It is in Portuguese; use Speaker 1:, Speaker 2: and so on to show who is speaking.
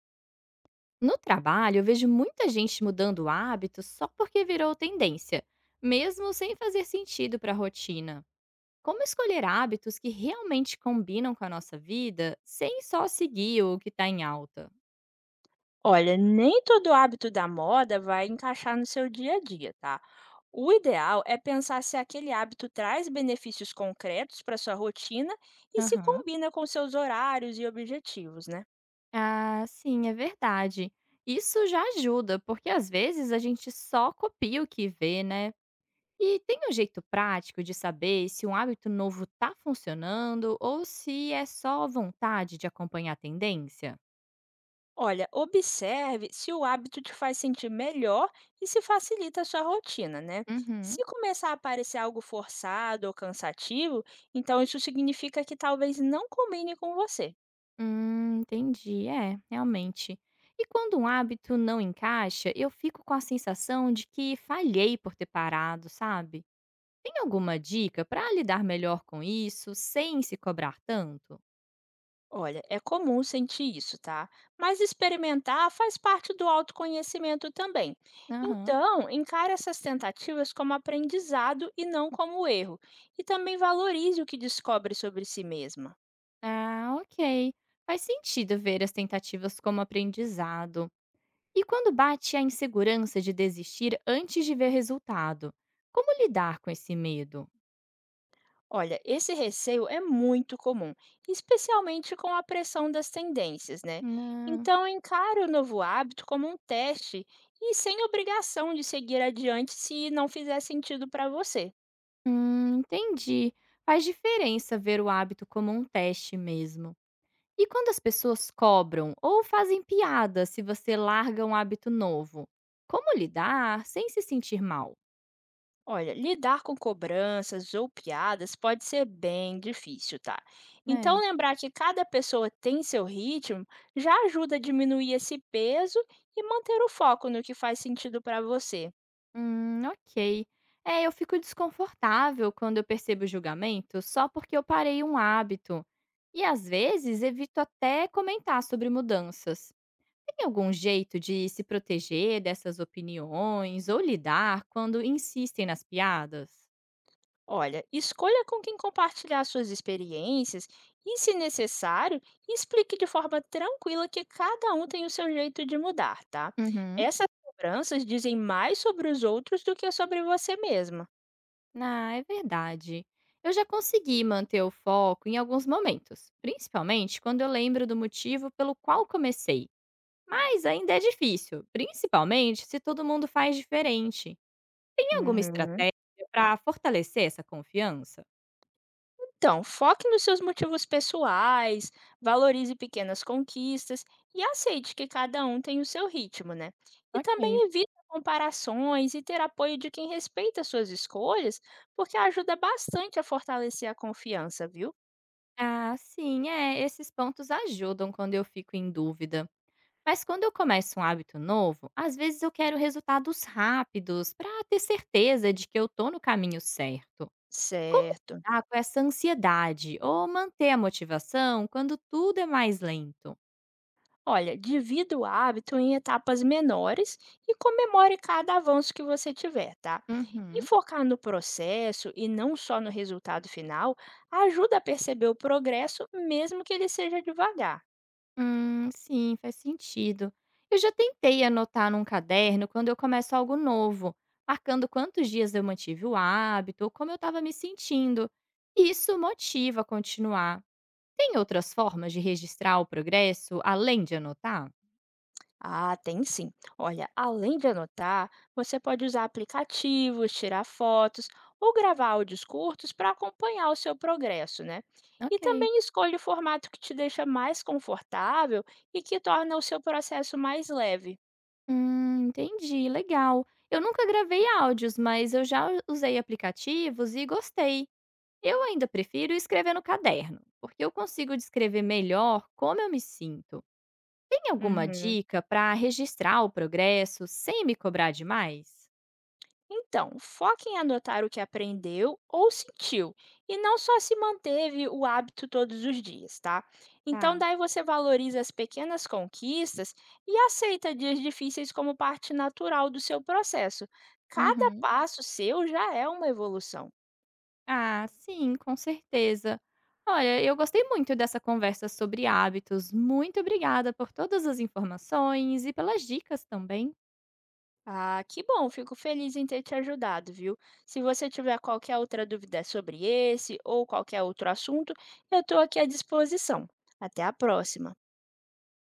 Speaker 1: No trabalho, eu vejo muita gente mudando hábitos só porque virou tendência, mesmo sem fazer sentido para a rotina. Como escolher hábitos que realmente combinam com a nossa vida, sem só seguir o que está em alta?
Speaker 2: Olha, nem todo hábito da moda vai encaixar no seu dia a dia, tá? O ideal é pensar se aquele hábito traz benefícios concretos para sua rotina e se
Speaker 1: Aham.
Speaker 2: combina com seus horários e objetivos, né?
Speaker 1: Ah, sim, é verdade. Isso já ajuda, porque às vezes a gente só copia o que vê, né? E tem um jeito prático de saber se um hábito novo está funcionando ou se é só vontade de acompanhar a tendência?
Speaker 2: Olha, observe se o hábito te faz sentir melhor e se facilita a sua rotina, né?
Speaker 1: Uhum.
Speaker 2: Se começar a parecer algo forçado ou cansativo, então isso significa que talvez não combine com você.
Speaker 1: Entendi. É, realmente. E quando um hábito não encaixa, eu fico com a sensação de que falhei por ter parado, sabe? Tem alguma dica para lidar melhor com isso sem se cobrar tanto?
Speaker 2: Olha, é comum sentir isso, tá? Mas experimentar faz parte do autoconhecimento também.
Speaker 1: Aham.
Speaker 2: Então, encare essas tentativas como aprendizado e não como erro. E também valorize o que descobre sobre si mesma.
Speaker 1: Ah, ok. Faz sentido ver as tentativas como aprendizado. E quando bate a insegurança de desistir antes de ver resultado, como lidar com esse medo?
Speaker 2: Olha, esse receio é muito comum, especialmente com a pressão das tendências, né?
Speaker 1: Não.
Speaker 2: Então, encare o novo hábito como um teste e sem obrigação de seguir adiante se não fizer sentido para você.
Speaker 1: Entendi. Faz diferença ver o hábito como um teste mesmo. E quando as pessoas cobram ou fazem piada se você larga um hábito novo? Como lidar sem se sentir mal,
Speaker 2: Olha, lidar com cobranças ou piadas pode ser bem difícil, tá? Então,
Speaker 1: né?
Speaker 2: lembrar que cada pessoa tem seu ritmo já ajuda a diminuir esse peso e manter o foco no que faz sentido para você.
Speaker 1: Ok. É, eu fico desconfortável quando eu percebo julgamento só porque eu parei um hábito. E às vezes evito até comentar sobre mudanças. Tem algum jeito de se proteger dessas opiniões ou lidar quando insistem nas piadas?
Speaker 2: Olha, escolha com quem compartilhar suas experiências e, se necessário, explique de forma tranquila que cada um tem o seu jeito de mudar, tá?
Speaker 1: Uhum.
Speaker 2: Essas cobranças dizem mais sobre os outros do que sobre você mesma.
Speaker 1: Ah, é verdade. Eu já consegui manter o foco em alguns momentos, principalmente quando eu lembro do motivo pelo qual comecei. Mas ainda é difícil, principalmente se todo mundo faz diferente. Tem alguma
Speaker 2: Uhum.
Speaker 1: estratégia para fortalecer essa confiança?
Speaker 2: Então, foque nos seus motivos pessoais, valorize pequenas conquistas e aceite que cada um tem o seu ritmo, né? E
Speaker 1: Ok.
Speaker 2: também evite comparações e ter apoio de quem respeita suas escolhas, porque ajuda bastante a fortalecer a confiança, viu?
Speaker 1: Ah, sim, é. Esses pontos ajudam quando eu fico em dúvida. Mas quando eu começo um hábito novo, às vezes eu quero resultados rápidos para ter certeza de que eu tô no caminho certo. Como
Speaker 2: Certo.
Speaker 1: lidar com essa ansiedade ou manter a motivação quando tudo é mais lento?
Speaker 2: Olha, divida o hábito em etapas menores e comemore cada avanço que você tiver, tá? E
Speaker 1: Uhum.
Speaker 2: focar no processo e não só no resultado final ajuda a perceber o progresso, mesmo que ele seja devagar.
Speaker 1: Sim, faz sentido. Eu já tentei anotar num caderno quando eu começo algo novo, marcando quantos dias eu mantive o hábito ou como eu estava me sentindo. E isso motiva a continuar. Tem outras formas de registrar o progresso além de anotar?
Speaker 2: Ah, tem sim. Olha, além de anotar, você pode usar aplicativos, tirar fotos ou gravar áudios curtos para acompanhar o seu progresso, né? E
Speaker 1: Ok.
Speaker 2: também escolha o formato que te deixa mais confortável e que torna o seu processo mais leve.
Speaker 1: Entendi, legal. Eu nunca gravei áudios, mas eu já usei aplicativos e gostei. Eu ainda prefiro escrever no caderno, porque eu consigo descrever melhor como eu me sinto. Tem alguma
Speaker 2: Uhum.
Speaker 1: dica para registrar o progresso sem me cobrar demais?
Speaker 2: Então, foque em anotar o que aprendeu ou sentiu, e não só se manteve o hábito todos os dias, tá? Então,
Speaker 1: Tá.
Speaker 2: daí você valoriza as pequenas conquistas e aceita dias difíceis como parte natural do seu processo. Cada
Speaker 1: Uhum.
Speaker 2: passo seu já é uma evolução.
Speaker 1: Ah, sim, com certeza. Olha, eu gostei muito dessa conversa sobre hábitos. Muito obrigada por todas as informações e pelas dicas também.
Speaker 2: Ah, que bom, fico feliz em ter te ajudado, viu? Se você tiver qualquer outra dúvida sobre esse ou qualquer outro assunto, eu estou aqui à disposição. Até a próxima!